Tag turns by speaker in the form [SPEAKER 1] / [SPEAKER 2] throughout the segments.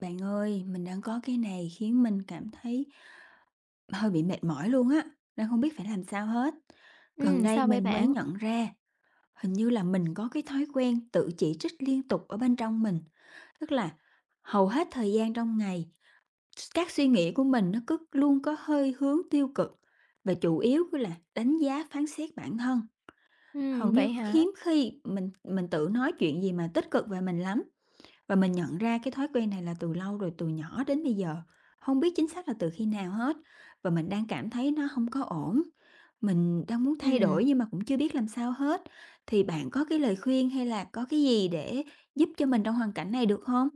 [SPEAKER 1] Bạn ơi, mình đang có cái này khiến mình cảm thấy hơi bị mệt mỏi luôn á, đang không biết phải làm sao hết. Gần đây
[SPEAKER 2] Sao vậy
[SPEAKER 1] mình mới
[SPEAKER 2] bạn?
[SPEAKER 1] nhận ra hình như là mình có cái thói quen tự chỉ trích liên tục ở bên trong mình, tức là hầu hết thời gian trong ngày, các suy nghĩ của mình nó cứ luôn có hơi hướng tiêu cực và chủ yếu cứ là đánh giá phán xét bản thân. Hầu
[SPEAKER 2] Vậy
[SPEAKER 1] như
[SPEAKER 2] hả?
[SPEAKER 1] hiếm khi mình tự nói chuyện gì mà tích cực về mình lắm, và mình nhận ra cái thói quen này là từ lâu rồi, từ nhỏ đến bây giờ, không biết chính xác là từ khi nào hết, và mình đang cảm thấy nó không có ổn. Mình đang muốn thay đổi
[SPEAKER 2] Ừm.
[SPEAKER 1] nhưng mà cũng chưa biết làm sao hết, thì bạn có cái lời khuyên hay là có cái gì để giúp cho mình trong hoàn cảnh này được không?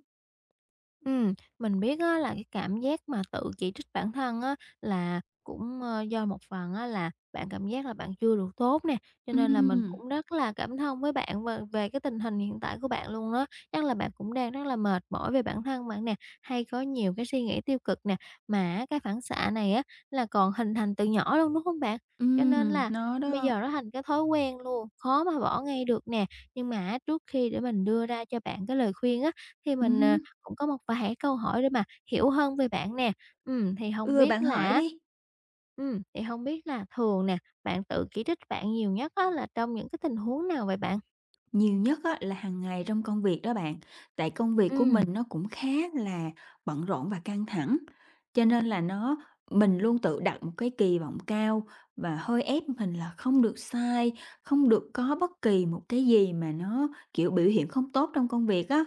[SPEAKER 2] Mình biết á là cái cảm giác mà tự chỉ trích bản thân á là cũng, do một phần á là bạn cảm giác là bạn chưa đủ tốt nè, cho nên là mình
[SPEAKER 1] Ừm,
[SPEAKER 2] cũng rất là cảm thông với bạn về về cái tình hình hiện tại của bạn luôn đó. Chắc là bạn cũng đang rất là mệt mỏi về bản thân bạn nè, hay có nhiều cái suy nghĩ tiêu cực nè, mà cái phản xạ này á là còn hình thành từ nhỏ luôn, đúng không bạn? Cho nên là
[SPEAKER 1] nó
[SPEAKER 2] bây giờ
[SPEAKER 1] đó.
[SPEAKER 2] nó thành cái thói quen luôn, khó mà bỏ ngay được nè. Nhưng mà á trước khi để mình đưa ra cho bạn cái lời khuyên á, thì mình,
[SPEAKER 1] Hứm.
[SPEAKER 2] cũng có một vài câu hỏi để mà hiểu hơn về bạn nè. Thì không
[SPEAKER 1] Ừ,
[SPEAKER 2] biết
[SPEAKER 1] bạn
[SPEAKER 2] là
[SPEAKER 1] hỏi
[SPEAKER 2] á
[SPEAKER 1] đi.
[SPEAKER 2] thì không biết là thường nè, bạn tự chỉ trích bạn nhiều nhất á là trong những cái tình huống nào vậy bạn?
[SPEAKER 1] Nhiều nhất á, là hàng ngày trong công việc đó bạn, tại công việc của
[SPEAKER 2] Ừm,
[SPEAKER 1] mình nó cũng khá là bận rộn và căng thẳng, cho nên là mình luôn tự đặt một cái kỳ vọng cao và hơi ép mình là không được sai, không được có bất kỳ một cái gì mà nó, kiểu, biểu hiện không tốt trong công việc á.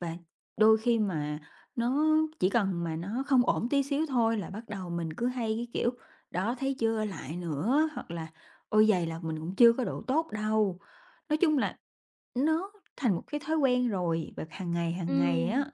[SPEAKER 1] Và đôi khi mà nó chỉ cần mà nó không ổn tí xíu thôi là bắt đầu mình cứ hay cái kiểu "Đó, thấy chưa? Lại nữa!" hoặc là "Ôi, vầy là mình cũng chưa có độ tốt đâu." Nói chung là nó thành một cái thói quen rồi, và hàng ngày
[SPEAKER 2] ừm.
[SPEAKER 1] á.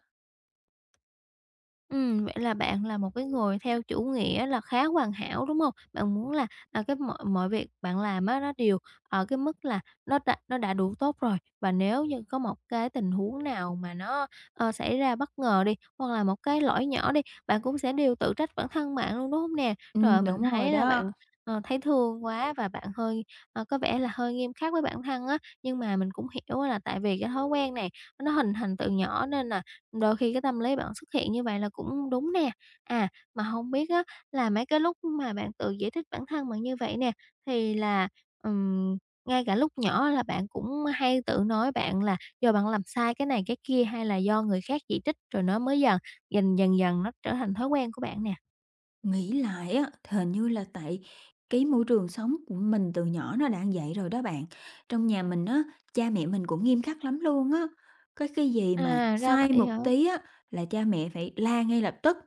[SPEAKER 2] Vậy là bạn là một cái người theo chủ nghĩa là khá hoàn hảo, đúng không? Bạn muốn là, cái mọi mọi việc bạn làm á, nó đều ở cái mức là nó đã đủ tốt rồi, và nếu như có một cái tình huống nào mà nó, xảy ra bất ngờ đi, hoặc là một cái lỗi nhỏ đi, bạn cũng sẽ đều tự trách bản thân bạn luôn, đúng không nè? Trời ơi, mình
[SPEAKER 1] Đúng rồi
[SPEAKER 2] thấy là
[SPEAKER 1] đó.
[SPEAKER 2] bạn, thấy thương quá và bạn hơi có vẻ là hơi nghiêm khắc với bản thân á, nhưng mà mình cũng hiểu là tại vì cái thói quen này nó hình thành từ nhỏ nên là đôi khi cái tâm lý bạn xuất hiện như vậy là cũng đúng nè. À, mà không biết á là mấy cái lúc mà bạn tự giải thích bản thân bạn như vậy nè, thì là, ừm, ngay cả lúc nhỏ là bạn cũng hay tự nói bạn là do bạn làm sai cái này cái kia, hay là do người khác chỉ trích rồi nó mới dần dần nó trở thành thói quen của bạn nè?
[SPEAKER 1] Nghĩ lại á, thì hình như là tại cái môi trường sống của mình từ nhỏ nó đã vậy rồi đó bạn. Trong nhà mình á, cha mẹ mình cũng nghiêm khắc lắm luôn á. Có cái gì mà
[SPEAKER 2] À, ra
[SPEAKER 1] sai
[SPEAKER 2] vậy
[SPEAKER 1] một
[SPEAKER 2] hả?
[SPEAKER 1] tí á, là cha mẹ phải la ngay lập tức.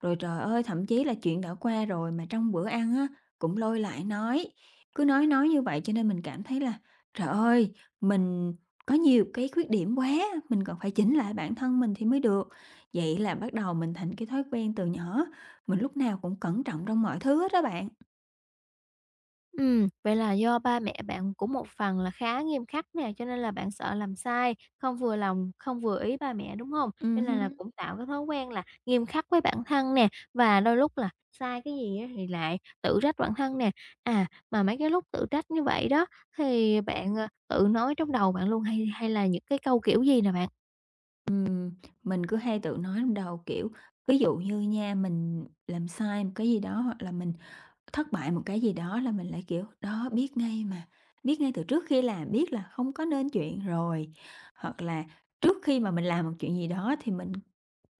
[SPEAKER 1] Rồi trời ơi, thậm chí là chuyện đã qua rồi mà trong bữa ăn á, cũng lôi lại nói. Cứ nói như vậy cho nên mình cảm thấy là trời ơi, mình có nhiều cái khuyết điểm quá, mình còn phải chỉnh lại bản thân mình thì mới được. Vậy là bắt đầu mình thành cái thói quen từ nhỏ, mình lúc nào cũng cẩn trọng trong mọi thứ hết á bạn.
[SPEAKER 2] Vậy là do ba mẹ bạn cũng một phần là khá nghiêm khắc nè, cho nên là bạn sợ làm sai, không vừa lòng, không vừa ý ba mẹ, đúng không? Cho nên là
[SPEAKER 1] Hứm.
[SPEAKER 2] cũng tạo cái thói quen là nghiêm khắc với bản thân nè, và đôi lúc là sai cái gì á thì lại tự trách bản thân nè. À, mà mấy cái lúc tự trách như vậy đó, thì bạn, tự nói trong đầu bạn luôn hay hay là những cái câu kiểu gì nè bạn?
[SPEAKER 1] Ừm, mình cứ hay tự nói trong đầu, kiểu, ví dụ như nha, mình làm sai một cái gì đó hoặc là mình thất bại một cái gì đó là mình lại, kiểu, đó, biết ngay mà, biết ngay từ trước khi làm, biết là không có nên chuyện rồi. Hoặc là trước khi mà mình làm một chuyện gì đó thì mình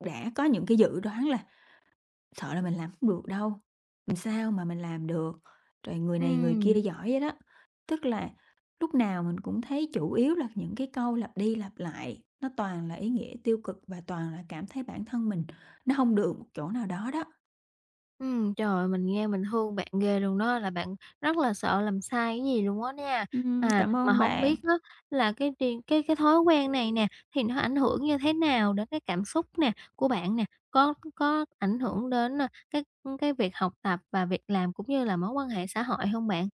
[SPEAKER 1] đã có những cái dự đoán là sợ là mình làm không được đâu, mình sao mà mình làm được, rồi người này người kia
[SPEAKER 2] Ừm.
[SPEAKER 1] giỏi vậy đó. Tức là lúc nào mình cũng thấy chủ yếu là những cái câu lặp đi lặp lại, nó toàn là ý nghĩa tiêu cực và toàn là cảm thấy bản thân mình nó không được một chỗ nào đó đó.
[SPEAKER 2] Ừ, trời ơi, mình nghe mình thương bạn ghê luôn đó, là bạn rất là sợ làm sai cái gì luôn á nha. À,
[SPEAKER 1] Cảm
[SPEAKER 2] mà
[SPEAKER 1] ơn
[SPEAKER 2] không
[SPEAKER 1] bạn.
[SPEAKER 2] biết đó là cái tri cái thói quen này nè, thì nó ảnh hưởng như thế nào đến cái cảm xúc nè, của bạn nè? Có ảnh hưởng đến, cái việc học tập và việc làm cũng như là mối quan hệ xã hội không bạn?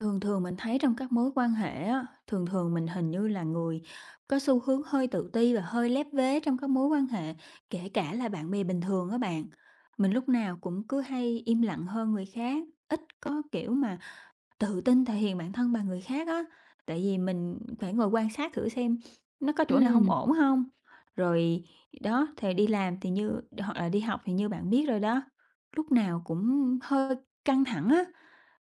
[SPEAKER 1] Thường thường mình thấy trong các mối quan hệ á, thường thường mình hình như là người có xu hướng hơi tự ti và hơi lép vế trong các mối quan hệ, kể cả là bạn bè bình thường á bạn. Mình lúc nào cũng cứ hay im lặng hơn người khác, ít có kiểu mà tự tin thể hiện bản thân bằng người khác á, tại vì mình phải ngồi quan sát thử xem nó có chỗ nào
[SPEAKER 2] Ừ.
[SPEAKER 1] không ổn không, rồi đó, thì đi làm thì như hoặc là đi học thì như bạn biết rồi đó, lúc nào cũng hơi căng thẳng á,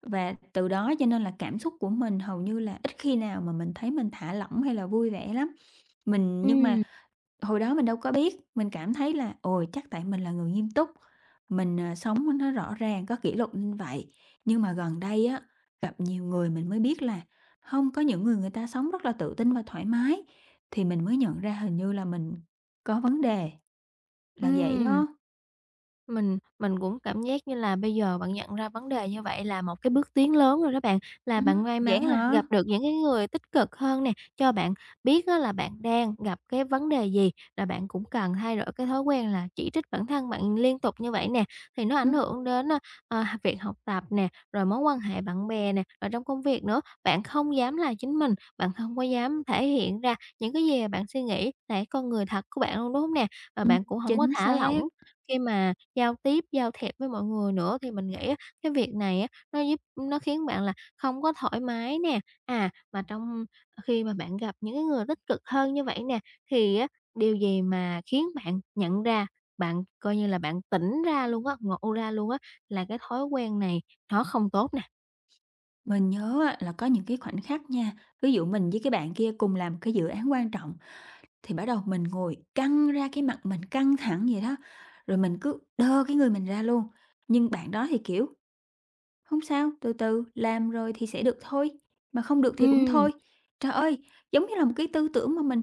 [SPEAKER 1] và từ đó cho nên là cảm xúc của mình hầu như là ít khi nào mà mình thấy mình thả lỏng hay là vui vẻ lắm. Mình
[SPEAKER 2] Ừ.
[SPEAKER 1] nhưng mà hồi đó mình đâu có biết, mình cảm thấy là, ôi, chắc tại mình là người nghiêm túc, mình sống nó rõ ràng, có kỷ luật như vậy. Nhưng mà gần đây á, gặp nhiều người mình mới biết là không có, những người người ta sống rất là tự tin và thoải mái, thì mình mới nhận ra hình như là mình có vấn đề, là
[SPEAKER 2] Ừ.
[SPEAKER 1] vậy đó.
[SPEAKER 2] Mình cũng cảm giác như là bây giờ bạn nhận ra vấn đề như vậy là một cái bước tiến lớn rồi đó bạn, là bạn may
[SPEAKER 1] Vậy
[SPEAKER 2] mắn là
[SPEAKER 1] hả?
[SPEAKER 2] gặp được những cái người tích cực hơn nè, cho bạn biết á là bạn đang gặp cái vấn đề gì, là bạn cũng cần thay đổi cái thói quen là chỉ trích bản thân bạn liên tục như vậy nè, thì nó ảnh
[SPEAKER 1] Ừm,
[SPEAKER 2] hưởng đến, việc học tập nè, rồi mối quan hệ bạn bè nè, rồi trong công việc nữa. Bạn không dám là chính mình, bạn không có dám thể hiện ra những cái gì bạn suy nghĩ là cái con người thật của bạn luôn, đúng hông nè? Và
[SPEAKER 1] ừm,
[SPEAKER 2] bạn cũng không có
[SPEAKER 1] chính
[SPEAKER 2] thả lỏng
[SPEAKER 1] xác.
[SPEAKER 2] khi mà giao tiếp, giao thiệp với mọi người nữa thì mình nghĩ á, cái việc này á, nó khiến bạn là không có thoải mái nè. À, mà khi mà bạn gặp những cái người tích cực hơn như vậy nè, thì á, điều gì mà khiến bạn nhận ra, bạn coi như là bạn tỉnh ra luôn á, ngộ ra luôn á, là cái thói quen này nó không tốt nè?
[SPEAKER 1] Mình nhớ á là có những cái khoảnh khắc nha, ví dụ mình với cái bạn kia cùng làm cái dự án quan trọng, thì bắt đầu mình ngồi căng ra, cái mặt mình căng thẳng vậy đó, rồi mình cứ đơ cái người mình ra luôn. Nhưng bạn đó thì, kiểu, "Không sao, từ từ, làm rồi thì sẽ được thôi, mà không được thì cũng
[SPEAKER 2] Ừm,
[SPEAKER 1] thôi." Trời ơi, giống như là một cái tư tưởng mà mình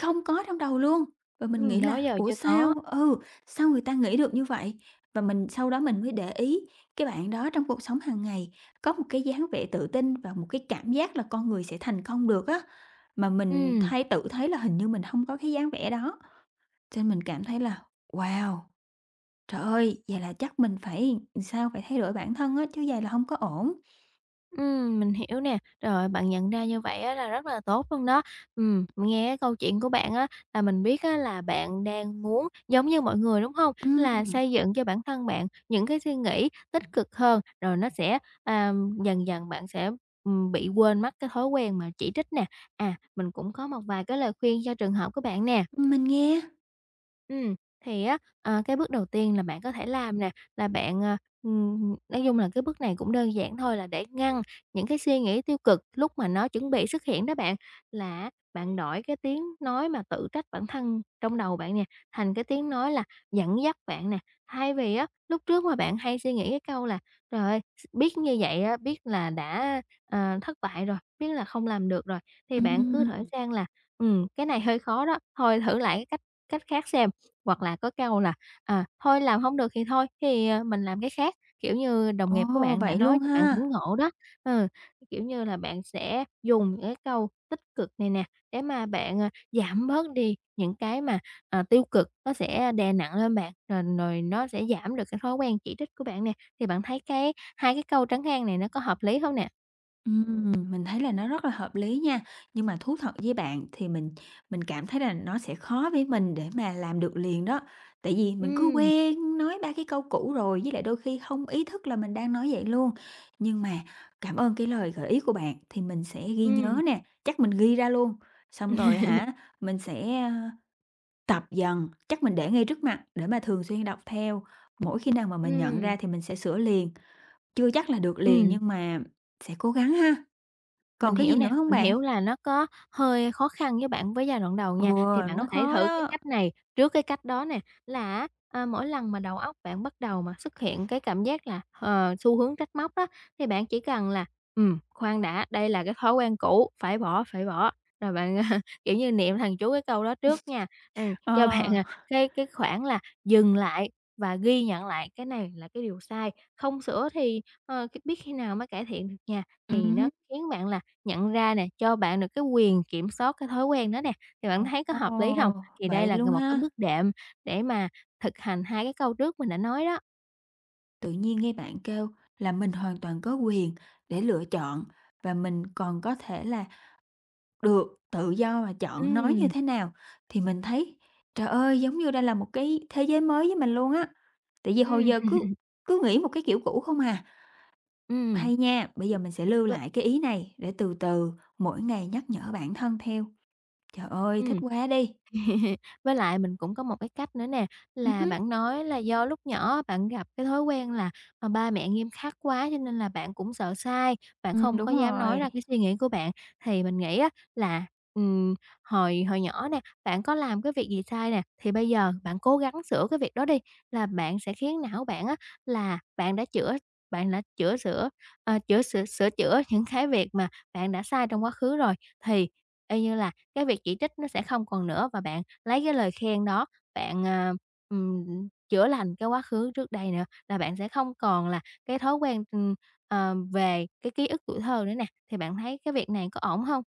[SPEAKER 1] không có trong đầu luôn. Và mình nghĩ
[SPEAKER 2] Đó
[SPEAKER 1] là
[SPEAKER 2] giờ
[SPEAKER 1] "Ủa
[SPEAKER 2] chưa
[SPEAKER 1] sao?
[SPEAKER 2] có.
[SPEAKER 1] Ừ, sao người ta nghĩ được như vậy?" Và sau đó mình mới để ý cái bạn đó trong cuộc sống hàng ngày có một cái dáng vẻ tự tin và một cái cảm giác là con người sẽ thành công được á, mà mình
[SPEAKER 2] Ừm.
[SPEAKER 1] thấy, tự thấy là hình như mình không có cái dáng vẻ đó. Cho nên mình cảm thấy là "Wow, trời ơi, vậy là chắc mình phải sao, phải thay đổi bản thân á, chứ vầy là không có ổn."
[SPEAKER 2] Mình hiểu nè. Rồi, bạn nhận ra như vậy á là rất là tốt luôn đó. Nghe cái câu chuyện của bạn á là mình biết á là bạn đang muốn giống như mọi người, đúng không? Là
[SPEAKER 1] Ừm,
[SPEAKER 2] xây dựng cho bản thân bạn những cái suy nghĩ tích cực hơn, rồi nó sẽ, à, dần dần bạn sẽ, bị quên mất cái thói quen mà chỉ trích nè. À, mình cũng có một vài cái lời khuyên cho trường hợp của bạn nè.
[SPEAKER 1] mình nghe.
[SPEAKER 2] Ừm, thì á, cái bước đầu tiên là bạn có thể làm nè, là bạn, nói chung là cái bước này cũng đơn giản thôi, là để ngăn những cái suy nghĩ tiêu cực lúc mà nó chuẩn bị xuất hiện đó bạn, là bạn đổi cái tiếng nói mà tự trách bản thân trong đầu bạn nè, thành cái tiếng nói là dẫn dắt bạn nè. Thay vì á, lúc trước mà bạn hay suy nghĩ cái câu là "Trời ơi, biết như vậy á, biết là đã, thất bại rồi, biết là không làm được rồi", thì bạn cứ đổi
[SPEAKER 1] Ừm,
[SPEAKER 2] sang là cái này hơi khó đó, thôi thử lại cái cách cách khác xem." Hoặc là có câu là, "Thôi làm không được thì thôi, thì, mình làm cái khác." Kiểu như, đồng nghiệp của
[SPEAKER 1] ồ,
[SPEAKER 2] bạn đã
[SPEAKER 1] vậy luôn
[SPEAKER 2] nói cho bạn tỉnh
[SPEAKER 1] ha.
[SPEAKER 2] ngộ đó. Ừ, kiểu như là, bạn sẽ dùng những cái câu tích cực này nè, để mà bạn, giảm bớt đi những cái mà, tiêu cực nó sẽ đè nặng lên bạn, rồi rồi nó sẽ giảm được cái thói quen chỉ trích của bạn nè. Thì bạn thấy cái hai cái câu trắng an này nó có hợp lý không nè?
[SPEAKER 1] Mình thấy là nó rất là hợp lý nha, nhưng mà thú thật với bạn thì mình cảm thấy là nó sẽ khó với mình để mà làm được liền đó. Tại vì mình cứ
[SPEAKER 2] Ừm,
[SPEAKER 1] quen nói 3 cái câu cũ rồi, với lại đôi khi không ý thức là mình đang nói vậy luôn. Nhưng mà cảm ơn cái lời gợi ý của bạn, thì mình sẽ ghi nhớ
[SPEAKER 2] ừm,
[SPEAKER 1] nè, chắc mình ghi ra luôn, xong
[SPEAKER 2] ừm,
[SPEAKER 1] rồi hả, mình sẽ, tập dần, chắc mình để ngay trước mặt để mà thường xuyên đọc theo. Mỗi khi nào mà mình nhận ra thì mình sẽ sửa liền, chưa chắc là được liền
[SPEAKER 2] ừm.
[SPEAKER 1] nhưng mà sẽ cố gắng ha.
[SPEAKER 2] Mình
[SPEAKER 1] Còn cái gì
[SPEAKER 2] hiểu nè,
[SPEAKER 1] nữa hông
[SPEAKER 2] mình
[SPEAKER 1] bạn?
[SPEAKER 2] hiểu là nó có hơi khó khăn với bạn với giai đoạn đầu
[SPEAKER 1] Ừ,
[SPEAKER 2] nha, thì bạn
[SPEAKER 1] nó
[SPEAKER 2] có thể
[SPEAKER 1] khó
[SPEAKER 2] thử cái
[SPEAKER 1] đó.
[SPEAKER 2] cách này trước cái cách đó nè, là mỗi lần mà đầu óc bạn bắt đầu mà xuất hiện cái cảm giác là, xu hướng trách móc đó, thì bạn chỉ cần là khoan đã, đây là cái thói quen cũ, phải bỏ, phải bỏ." Rồi bạn, kiểu như, niệm thằng chú cái câu đó trước nha,
[SPEAKER 1] Ờ.
[SPEAKER 2] cho bạn, cái khoảng là dừng lại và ghi nhận lại cái này là cái điều sai, không sửa thì, biết khi nào mới cải thiện được nha. Thì nó
[SPEAKER 1] Hứm.
[SPEAKER 2] khiến bạn là nhận ra nè, cho bạn được cái quyền kiểm soát cái thói quen đó nè, thì bạn thấy có hợp lý hông?
[SPEAKER 1] Ồ,
[SPEAKER 2] Thì đây
[SPEAKER 1] vậy
[SPEAKER 2] là
[SPEAKER 1] luôn
[SPEAKER 2] một cái
[SPEAKER 1] ha.
[SPEAKER 2] bước đệm để mà thực hành hai cái câu trước mình đã nói đó.
[SPEAKER 1] Tự nhiên nghe bạn kêu là mình hoàn toàn có quyền để lựa chọn và mình còn có thể là được tự do mà chọn nói như
[SPEAKER 2] Ừm,
[SPEAKER 1] thế nào, thì mình thấy, trời ơi, giống như đây là một cái thế giới mới với mình luôn á. Tại vì hồi
[SPEAKER 2] ừm,
[SPEAKER 1] giờ cứ cứ nghĩ một cái kiểu cũ không à.
[SPEAKER 2] ừm,
[SPEAKER 1] Hay nha, bây giờ mình sẽ lưu
[SPEAKER 2] v
[SPEAKER 1] lại cái ý này để từ từ mỗi ngày nhắc nhở bản thân theo. Trời ơi, thích
[SPEAKER 2] ừm.
[SPEAKER 1] quá đi!
[SPEAKER 2] Với lại mình cũng có một cái cách nữa nè, là
[SPEAKER 1] Ừm.
[SPEAKER 2] bạn nói là do lúc nhỏ bạn gặp cái thói quen là, mà ba mẹ nghiêm khắc quá cho nên là bạn cũng sợ sai, bạn không
[SPEAKER 1] Đúng
[SPEAKER 2] có dám nói
[SPEAKER 1] rồi.
[SPEAKER 2] ra cái suy nghĩ của bạn. Thì mình nghĩ á là, ừm, hồi hồi nhỏ nè, bạn có làm cái việc gì sai nè, thì bây giờ bạn cố gắng sửa cái việc đó đi, là bạn sẽ khiến não bạn á là bạn đã chữa sửa, ờ, chữa sửa sửa chữa những cái việc mà bạn đã sai trong quá khứ rồi, thì y như là cái việc chỉ trích nó sẽ không còn nữa và bạn lấy cái lời khen đó, bạn, ừm, chữa lành cái quá khứ trước đây nữa, là bạn sẽ không còn là cái thói quen, về cái ký ức tuổi thơ nữa nè, thì bạn thấy cái việc này có ổn không?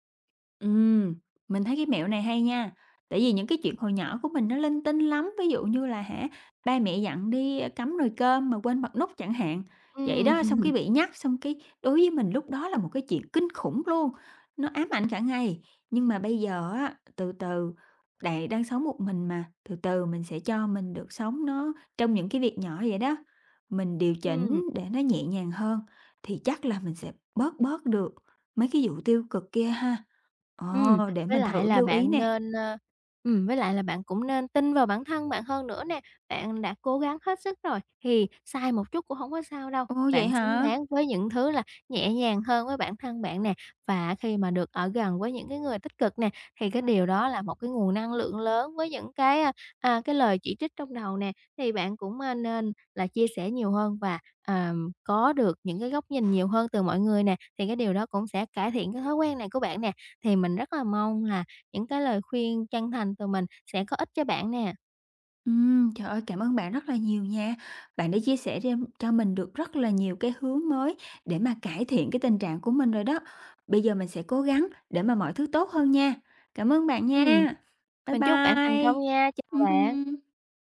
[SPEAKER 1] Ừm, mình thấy cái mẹo này hay nha. Tại vì những cái chuyện hồi nhỏ của mình nó linh tinh lắm, ví dụ như là hả, ba mẹ dặn đi, cắm nồi cơm mà quên bật nút chẳng hạn. Vậy
[SPEAKER 2] Ừm,
[SPEAKER 1] đó, xong cái bị nhắc, xong cái đối với mình lúc đó là một cái chuyện kinh khủng luôn, nó ám ảnh cả ngày. Nhưng mà bây giờ á, từ từ, đang sống một mình mà, từ từ mình sẽ cho mình được sống nó trong những cái việc nhỏ vậy đó, mình điều chỉnh
[SPEAKER 2] ừm.
[SPEAKER 1] để nó nhẹ nhàng hơn, thì chắc là mình sẽ bớt bớt được mấy cái vụ tiêu cực kia ha.
[SPEAKER 2] Ừm,
[SPEAKER 1] Ờ, để
[SPEAKER 2] với
[SPEAKER 1] mình
[SPEAKER 2] lại
[SPEAKER 1] thử
[SPEAKER 2] là
[SPEAKER 1] lưu ý
[SPEAKER 2] bạn
[SPEAKER 1] nè.
[SPEAKER 2] nên, ơ với lại là bạn cũng nên tin vào bản thân bạn hơn nữa nè. Bạn đã cố gắng hết sức rồi, thì sai một chút cũng hổng có sao đâu.
[SPEAKER 1] Ồ, vậy
[SPEAKER 2] Bạn xứng
[SPEAKER 1] hả?
[SPEAKER 2] đáng với những thứ là nhẹ nhàng hơn với bản thân bạn nè. Và khi mà được ở gần với những cái người tích cực nè, thì cái điều đó là một cái nguồn năng lượng lớn với những cái, cái lời chỉ trích trong đầu nè, thì bạn cũng, nên là chia sẻ nhiều hơn và, có được những cái góc nhìn nhiều hơn từ mọi người nè, thì cái điều đó cũng sẽ cải thiện cái thói quen này của bạn nè. Thì mình rất là mong là những cái lời khuyên chân thành từ mình sẽ có ích cho bạn nè.
[SPEAKER 1] Trời ơi, cảm ơn bạn rất là nhiều nha. Bạn đã chia sẻ thêm cho mình được rất là nhiều cái hướng mới để mà cải thiện cái tình trạng của mình rồi đó. Bây giờ mình sẽ cố gắng để mà mọi thứ tốt hơn nha. Cảm ơn bạn
[SPEAKER 2] Ừm,
[SPEAKER 1] nha. Bye
[SPEAKER 2] mình chúc bạn thành
[SPEAKER 1] bye.
[SPEAKER 2] công nha, chào bạn.
[SPEAKER 1] Ừm.